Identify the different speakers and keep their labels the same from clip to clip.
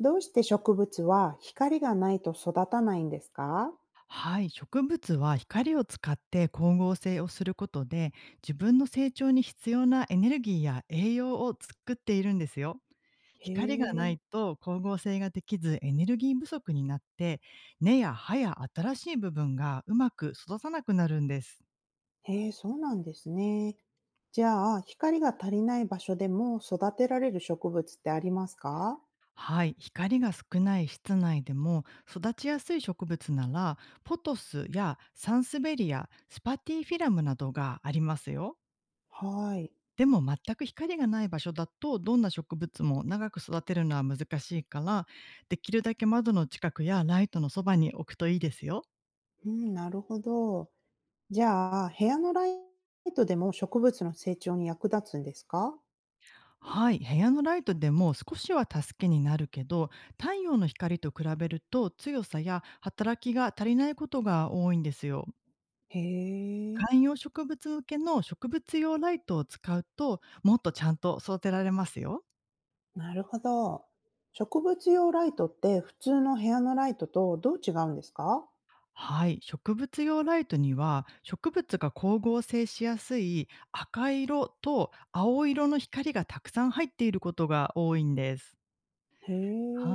Speaker 1: どうして植物は光がないと育たないんですか。
Speaker 2: はい、植物は光を使って光合成をすることで自分の成長に必要なエネルギーや栄養を作っているんですよ。
Speaker 1: へ
Speaker 2: 光がな
Speaker 1: え、
Speaker 2: いと光合成ができずエネルギー不足になって根や葉や新しい部分がうまく育たなくなるんです。
Speaker 1: へえ、そうなんですね。じゃあ、光が足りない場所でも育てられる植物ってありますか。
Speaker 2: はい、光が少ない室内でも育ちやすい植物ならポトスやサンスベリアスパティフィラムなどがありますよ。
Speaker 1: はい。
Speaker 2: でも全く光がない場所だとどんな植物も長く育てるのは難しいから、できるだけ窓の近くやライトのそばに置くといいですよ。
Speaker 1: うん、なるほど。じゃあ、部屋のライトでも植物の成長に役立つんですか。
Speaker 2: はい、部屋のライトでも少しは助けになるけど、太陽の光と比べると強さや働きが足りないことが多いんですよ。
Speaker 1: へえ、
Speaker 2: 観葉植物向けの植物用ライトを使うと、もっとちゃんと育てられますよ。
Speaker 1: なるほど。植物用ライトって普通の部屋のライトとどう違うんですか。
Speaker 2: はい、植物用ライトには植物が光合成しやすい赤色と青色の光がたくさん入っていることが多いんです。
Speaker 1: へ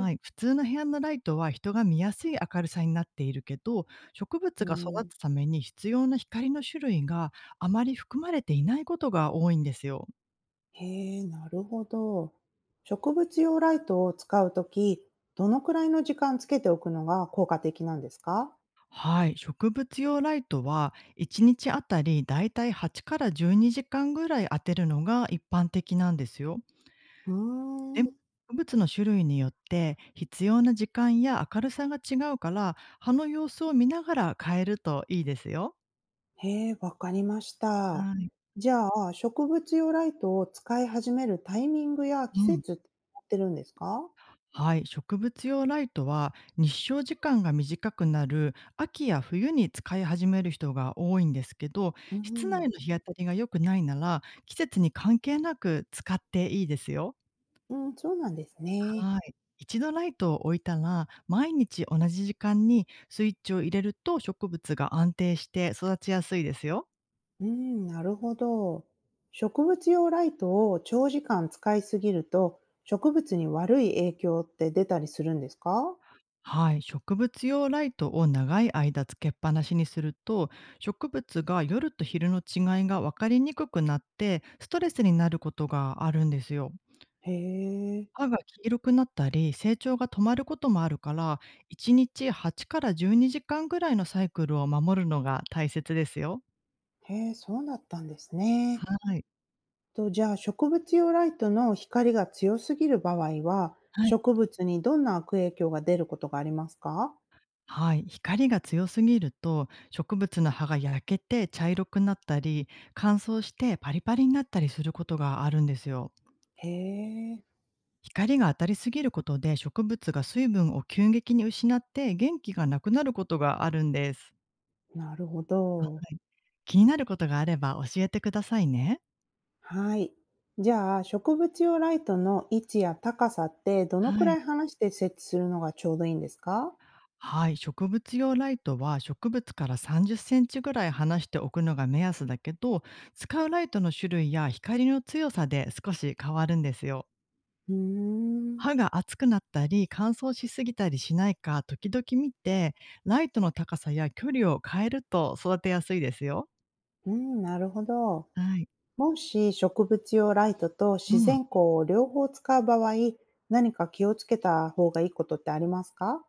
Speaker 1: え、
Speaker 2: い、普通の部屋のライトは人が見やすい明るさになっているけど、植
Speaker 1: う
Speaker 2: 物が育
Speaker 1: ん、
Speaker 2: つために必要な光の種類があまり含まれていないことが多いんですよ。
Speaker 1: へえ、なるほど。植物用ライトを使うとき、どのくらいの時間つけておくのが効果的なんですか。
Speaker 2: はい、植物用ライトは1日あたりだいたい8から12時間ぐらい当てるのが一般的なんですよ。
Speaker 1: うー
Speaker 2: でも、
Speaker 1: ん、
Speaker 2: 植物の種類によって必要な時間や明るさが違うから、葉の様子を見ながら変えるといいですよ。
Speaker 1: へえ、わかりました。
Speaker 2: はい。
Speaker 1: じゃあ、植物用ライトを使い始めるタイミングや季
Speaker 2: うん。
Speaker 1: 節ってやってるんですか。
Speaker 2: はい、植物用ライトは日照時間が短くなる秋や冬に使い始める人が多いんですけど、
Speaker 1: う
Speaker 2: 室内
Speaker 1: ん、
Speaker 2: の日当たりが良くないなら、季節に関係なく使っていいですよ。
Speaker 1: うん、そうなんですね。
Speaker 2: はい。一度ライトを置いたら、毎日同じ時間にスイッチを入れると植物が安定して育ちやすいですよ。
Speaker 1: うん、なるほど。植物用ライトを長時間使いすぎると、植物に悪い影響って出たりするんですか。
Speaker 2: はい。植物用ライトを長い間つけっぱなしにすると、植物が夜と昼の違いが分かりにくくなって、ストレスになることがあるんですよ。
Speaker 1: へえ。
Speaker 2: 歯が黄色くなったり、成長が止まることもあるから、1日8から12時間ぐらいのサイクルを守るのが大切ですよ。
Speaker 1: へえ、そうだったんですね。
Speaker 2: はい。
Speaker 1: と、じゃあ、植物用ライトの光が強すぎる場合は、
Speaker 2: はい
Speaker 1: 植物にどんな悪影響が出ることがありますか。
Speaker 2: はい、光が強すぎると植物の葉が焼けて茶色くなったり、乾燥してパリパリになったりすることがあるんですよ。
Speaker 1: へえ、
Speaker 2: 光が当たりすぎることで植物が水分を急激に失って元気がなくなることがあるんです。
Speaker 1: なるほ
Speaker 2: は
Speaker 1: ど。
Speaker 2: い、気になることがあれば教えてくださいね。
Speaker 1: はい。じゃあ、植物用ライトの位置や高さってどの
Speaker 2: は
Speaker 1: くら
Speaker 2: い、
Speaker 1: い離して設置するのがちょうどいいんですか。
Speaker 2: はい、植物用ライトは植物から30センチぐらい離しておくのが目安だけど、使うライトの種類や光の強さで少し変わるんですよ。
Speaker 1: うーん、
Speaker 2: 歯が熱くなったり、乾燥しすぎたりしないか時々見て、ライトの高さや距離を変えると育てやすいですよ。
Speaker 1: うん、なるほど。
Speaker 2: はい。
Speaker 1: もし植物用ライトと
Speaker 2: う
Speaker 1: 自
Speaker 2: ん。
Speaker 1: 然光を両方使う場合、何か気をつけた方がいいことってありますか。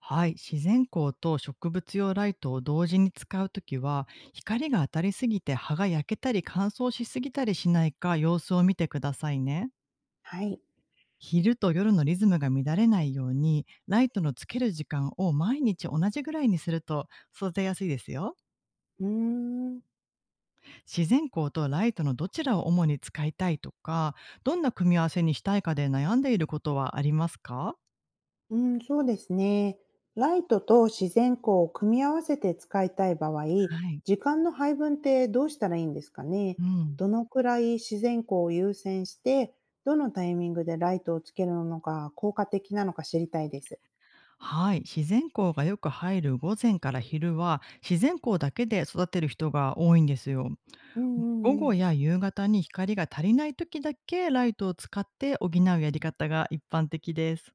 Speaker 2: はい。自然光と植物用ライトを同時に使うときは、光が当たりすぎて葉が焼けたり乾燥しすぎたりしないか様子を見てくださいね。
Speaker 1: はい。
Speaker 2: 昼と夜のリズムが乱れないように、ライトのつける時間を毎日同じぐらいにすると育てやすいですよ。
Speaker 1: うーん。
Speaker 2: 自然光とライトのどちらを主に使いたいとか、どんな組み合わせにしたいかで悩んでいることはありますか？
Speaker 1: うん、そうですね。ライトと自然光を組み合わせて使いたい場合、
Speaker 2: はい。
Speaker 1: 時間の配分ってどうしたらいいんですかね。
Speaker 2: うん。
Speaker 1: どのくらい自然光を優先して、どのタイミングでライトをつけるのが効果的なのか知りたいです。
Speaker 2: はい、自然光がよく入る午前から昼は、自然光だけで育てる人が多いんですよ。
Speaker 1: うんう
Speaker 2: 午
Speaker 1: んう
Speaker 2: 後
Speaker 1: ん。
Speaker 2: や夕方に光が足りない時だけライトを使って補うやり方が一般的です。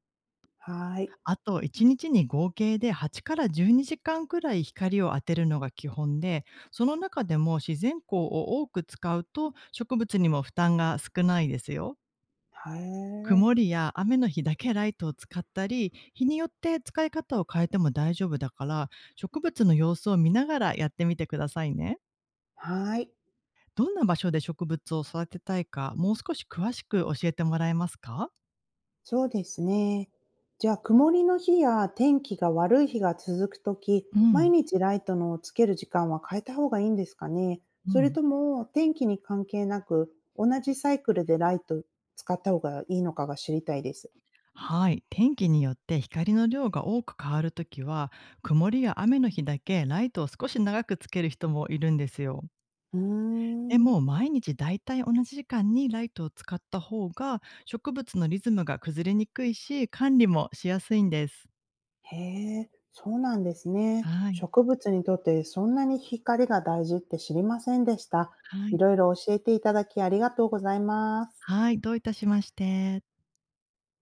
Speaker 1: はい。
Speaker 2: あと1日にちに合計で8から12時間くらい光を当てるのが基本で、その中でも自然光を多く使うと植物にも負担が少ないですよ。
Speaker 1: はい
Speaker 2: 曇りや雨の日だけライトを使ったり、日によって使い方を変えても大丈夫だから、植物の様子を見ながらやってみてくださいね。
Speaker 1: はい。
Speaker 2: どんな場所で植物を育てたいか、もう少し詳しく教えてもらえますか？
Speaker 1: そうですね。じゃあ、曇りの日や天気が悪い日が続くとき、
Speaker 2: う
Speaker 1: 毎
Speaker 2: ん、
Speaker 1: 日ライトのつける時間は変えた方がいいんですかね。
Speaker 2: う
Speaker 1: それ
Speaker 2: ん。
Speaker 1: とも天気に関係なく、同じサイクルでライト使った方がいいのかが知りたいです。
Speaker 2: はい、天気によって光の量が多く変わるときは、曇りや雨の日だけライトを少し長くつける人もいるんですよ。
Speaker 1: うー
Speaker 2: で
Speaker 1: ん。
Speaker 2: も毎日だいたい同じ時間にライトを使った方が植物のリズムが崩れにくいし、管理もしやすいんです。
Speaker 1: へえ、そうなんですね。
Speaker 2: はい、
Speaker 1: 植物にとってそんなに光が大事って知りませんでした。
Speaker 2: は
Speaker 1: い
Speaker 2: い。
Speaker 1: ろいろ教えていただきありがとうございます。
Speaker 2: はい、どういたしまして。